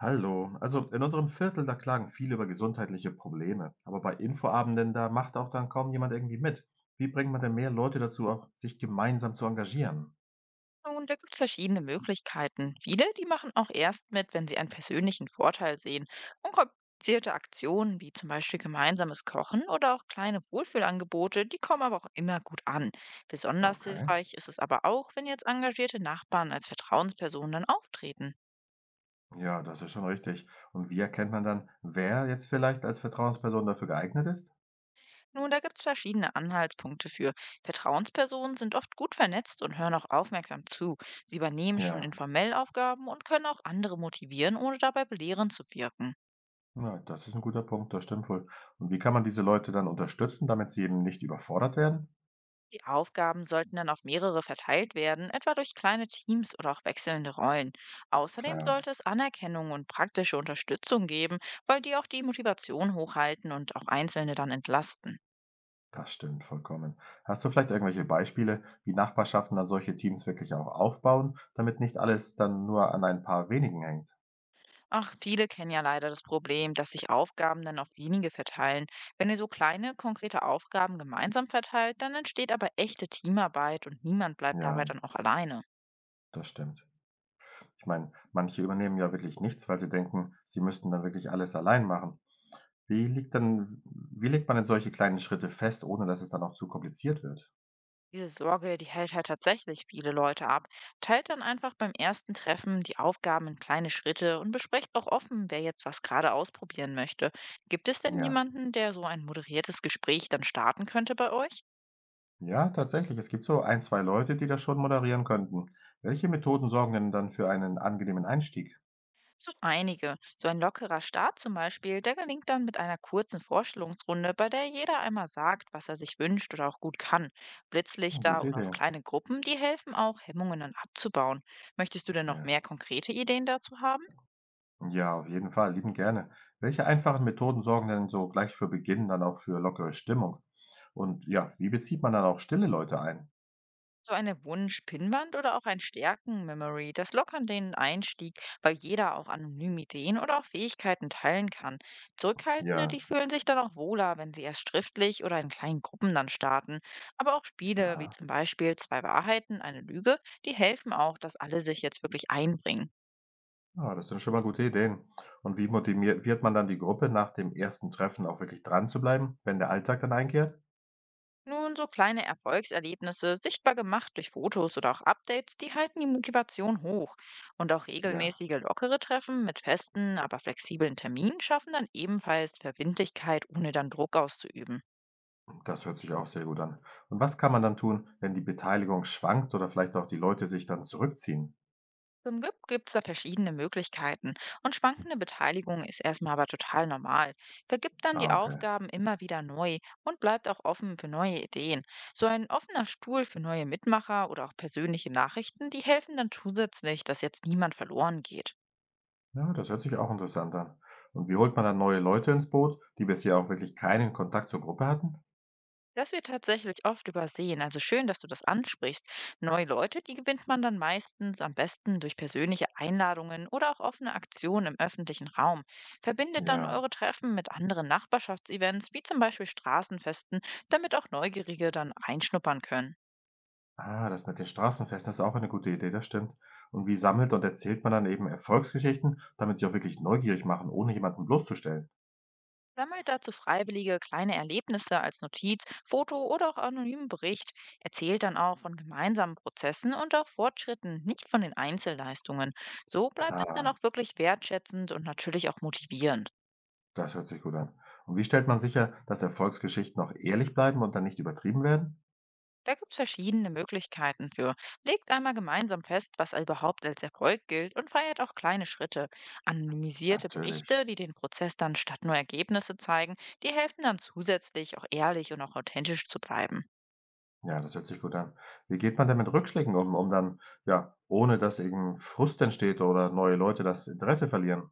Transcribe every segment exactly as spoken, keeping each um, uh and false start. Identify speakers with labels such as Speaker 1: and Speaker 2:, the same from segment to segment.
Speaker 1: Hallo. Also in unserem Viertel, da klagen viele über gesundheitliche Probleme. Aber bei Infoabenden, da macht auch dann kaum jemand irgendwie mit. Wie bringt man denn mehr Leute dazu, auch sich gemeinsam zu engagieren?
Speaker 2: Nun, da gibt es verschiedene Möglichkeiten. Viele, die machen auch erst mit, wenn sie einen persönlichen Vorteil sehen. Unkomplizierte Aktionen wie zum Beispiel gemeinsames Kochen oder auch kleine Wohlfühlangebote, die kommen aber auch immer gut an. Besonders
Speaker 1: Okay.
Speaker 2: hilfreich ist es aber auch, wenn jetzt engagierte Nachbarn als Vertrauenspersonen dann auftreten.
Speaker 1: Ja, das ist schon richtig. Und wie erkennt man dann, wer jetzt vielleicht als Vertrauensperson dafür geeignet ist?
Speaker 2: Nun, da gibt es verschiedene Anhaltspunkte für. Vertrauenspersonen sind oft gut vernetzt und hören auch aufmerksam zu. Sie übernehmen schon
Speaker 1: Ja,
Speaker 2: informell Aufgaben und können auch andere motivieren, ohne dabei belehrend zu wirken.
Speaker 1: na, das ist ein guter Punkt, das stimmt wohl. Und wie kann man diese Leute dann unterstützen, damit sie eben nicht überfordert werden?
Speaker 2: Die Aufgaben sollten dann auf mehrere verteilt werden, etwa durch kleine Teams oder auch wechselnde Rollen. Außerdem sollte
Speaker 1: Klar.
Speaker 2: es Anerkennung und praktische Unterstützung geben, weil die auch die Motivation hochhalten und auch Einzelne dann entlasten.
Speaker 1: Das stimmt vollkommen. Hast du vielleicht irgendwelche Beispiele, wie Nachbarschaften dann solche Teams wirklich auch aufbauen, damit nicht alles dann nur an ein paar wenigen hängt?
Speaker 2: Ach, viele kennen ja leider das Problem, dass sich Aufgaben dann auf wenige verteilen. Wenn ihr so kleine, konkrete Aufgaben gemeinsam verteilt, dann entsteht aber echte Teamarbeit und niemand bleibt dabei
Speaker 1: Ja,
Speaker 2: dann auch alleine.
Speaker 1: das stimmt. Ich meine, manche übernehmen ja wirklich nichts, weil sie denken, sie müssten dann wirklich alles allein machen. Wie liegt denn, wie legt man denn solche kleinen Schritte fest, ohne dass es dann auch zu kompliziert wird?
Speaker 2: Diese Sorge, die hält halt tatsächlich viele Leute ab. Teilt dann einfach beim ersten Treffen die Aufgaben in kleine Schritte und besprecht auch offen, wer jetzt was gerade ausprobieren möchte. Gibt es denn
Speaker 1: Ja,
Speaker 2: jemanden, der so ein moderiertes Gespräch dann starten könnte bei euch?
Speaker 1: ja, tatsächlich. Es gibt so ein, zwei Leute, die das schon moderieren könnten. Welche Methoden sorgen denn dann für einen angenehmen Einstieg?
Speaker 2: So einige. So ein lockerer Start zum Beispiel, der gelingt dann mit einer kurzen Vorstellungsrunde, bei der jeder einmal sagt, was er sich wünscht oder auch gut kann.
Speaker 1: Hm,
Speaker 2: Blitzlichter
Speaker 1: gute
Speaker 2: oder auch
Speaker 1: Idee.
Speaker 2: kleine Gruppen, die helfen auch, Hemmungen dann abzubauen. Möchtest du denn noch
Speaker 1: Ja.
Speaker 2: mehr konkrete Ideen dazu haben?
Speaker 1: Ja, auf jeden Fall, lieben gerne. Welche einfachen Methoden sorgen denn so gleich für Beginn dann auch für lockere Stimmung? Und ja, wie bezieht man dann auch stille Leute ein?
Speaker 2: So eine Wunsch-Pinnwand oder auch ein Stärken-Memory, das lockern den Einstieg, weil jeder auch anonym Ideen oder auch Fähigkeiten teilen kann. Zurückhaltende,
Speaker 1: Ja,
Speaker 2: die fühlen sich dann auch wohler, wenn sie erst schriftlich oder in kleinen Gruppen dann starten. Aber auch Spiele wie
Speaker 1: aha.
Speaker 2: zum Beispiel Zwei Wahrheiten, eine Lüge, die helfen auch, dass alle sich jetzt wirklich einbringen.
Speaker 1: Ah, das sind schon mal gute Ideen. Und wie motiviert man dann die Gruppe nach dem ersten Treffen auch wirklich dran zu bleiben, wenn der Alltag dann einkehrt?
Speaker 2: Nun, so kleine Erfolgserlebnisse, sichtbar gemacht durch Fotos oder auch Updates, die halten die Motivation hoch. Und auch
Speaker 1: Ja,
Speaker 2: regelmäßige lockere Treffen mit festen, aber flexiblen Terminen schaffen dann ebenfalls Verbindlichkeit, ohne dann Druck auszuüben.
Speaker 1: das hört sich auch sehr gut an. Und was kann man dann tun, wenn die Beteiligung schwankt oder vielleicht auch die Leute sich dann zurückziehen?
Speaker 2: Zum Glück gibt es da verschiedene Möglichkeiten und schwankende Beteiligung ist erstmal aber total normal. Vergibt dann die
Speaker 1: Ah.
Speaker 2: Aufgaben immer wieder neu und bleibt auch offen für neue Ideen. So ein offener Stuhl für neue Mitmacher oder auch persönliche Nachrichten, die helfen dann zusätzlich, dass jetzt niemand verloren geht.
Speaker 1: Ja, das hört sich auch interessant an. Und wie holt man dann neue Leute ins Boot, die bisher auch wirklich keinen Kontakt zur Gruppe hatten?
Speaker 2: Das wird tatsächlich oft übersehen. Also schön, dass du das ansprichst. Neue Leute, die gewinnt man dann meistens am besten durch persönliche Einladungen oder auch offene Aktionen im öffentlichen Raum. Verbindet dann
Speaker 1: Ja,
Speaker 2: eure Treffen mit anderen Nachbarschaftsevents, wie zum Beispiel Straßenfesten, damit auch Neugierige dann reinschnuppern können.
Speaker 1: ah, das mit den Straßenfesten ist auch eine gute Idee, das stimmt. Und wie sammelt und erzählt man dann eben Erfolgsgeschichten, damit sie auch wirklich neugierig machen, ohne jemanden bloßzustellen?
Speaker 2: Sammelt dazu Freiwillige kleine Erlebnisse als Notiz, Foto oder auch anonymen Bericht. Erzählt dann auch von gemeinsamen Prozessen und auch Fortschritten, nicht von den Einzelleistungen. So bleibt es dann
Speaker 1: Klar,
Speaker 2: auch wirklich wertschätzend und natürlich auch motivierend.
Speaker 1: das hört sich gut an. Und wie stellt man sicher, dass Erfolgsgeschichten auch ehrlich bleiben und dann nicht übertrieben werden?
Speaker 2: Da gibt es verschiedene Möglichkeiten für. Legt einmal gemeinsam fest, was überhaupt als Erfolg gilt und feiert auch kleine Schritte. Anonymisierte
Speaker 1: Natürlich.
Speaker 2: Berichte, die den Prozess dann statt nur Ergebnisse zeigen, die helfen dann zusätzlich auch ehrlich und auch authentisch zu bleiben.
Speaker 1: Ja, das hört sich gut an. Wie geht man denn mit Rückschlägen um, um dann, ja, ohne dass eben Frust entsteht oder neue Leute das Interesse verlieren?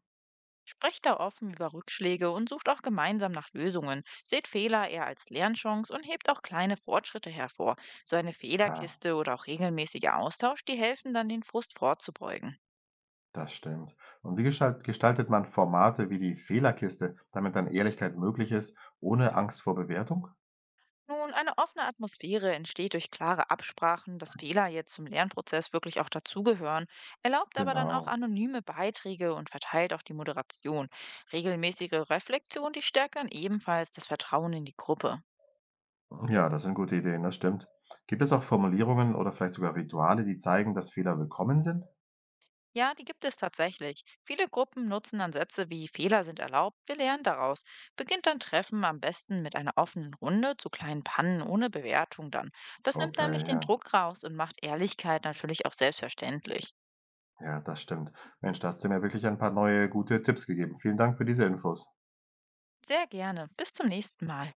Speaker 2: Sprecht da offen über Rückschläge und sucht auch gemeinsam nach Lösungen. Seht Fehler eher als Lernchance und hebt auch kleine Fortschritte hervor. So eine
Speaker 1: Klar.
Speaker 2: Fehlerkiste oder auch regelmäßiger Austausch, die helfen dann, den Frust vorzubeugen.
Speaker 1: Das stimmt. Und wie gestalt gestaltet man Formate wie die Fehlerkiste, damit dann Ehrlichkeit möglich ist, ohne Angst vor Bewertung?
Speaker 2: Nun, eine offene Atmosphäre entsteht durch klare Absprachen, dass Fehler jetzt zum Lernprozess wirklich auch dazugehören, erlaubt aber dann auch
Speaker 1: Genau.
Speaker 2: anonyme Beiträge und verteilt auch die Moderation. Regelmäßige Reflexion, die stärkt dann ebenfalls das Vertrauen in die Gruppe.
Speaker 1: Mhm. Ja, das sind gute Ideen, das stimmt. Gibt es auch Formulierungen oder vielleicht sogar Rituale, die zeigen, dass Fehler willkommen sind?
Speaker 2: Ja, die gibt es tatsächlich. Viele Gruppen nutzen dann Sätze wie Fehler sind erlaubt, wir lernen daraus. Beginnt dann Treffen am besten mit einer offenen Runde zu kleinen Pannen ohne Bewertung dann. Das nimmt nämlich
Speaker 1: Okay,
Speaker 2: den
Speaker 1: ja,
Speaker 2: Druck raus und macht Ehrlichkeit natürlich auch selbstverständlich.
Speaker 1: ja, das stimmt. Mensch, da hast du mir wirklich ein paar neue gute Tipps gegeben. Vielen Dank für diese Infos.
Speaker 2: Sehr gerne. Bis zum nächsten Mal.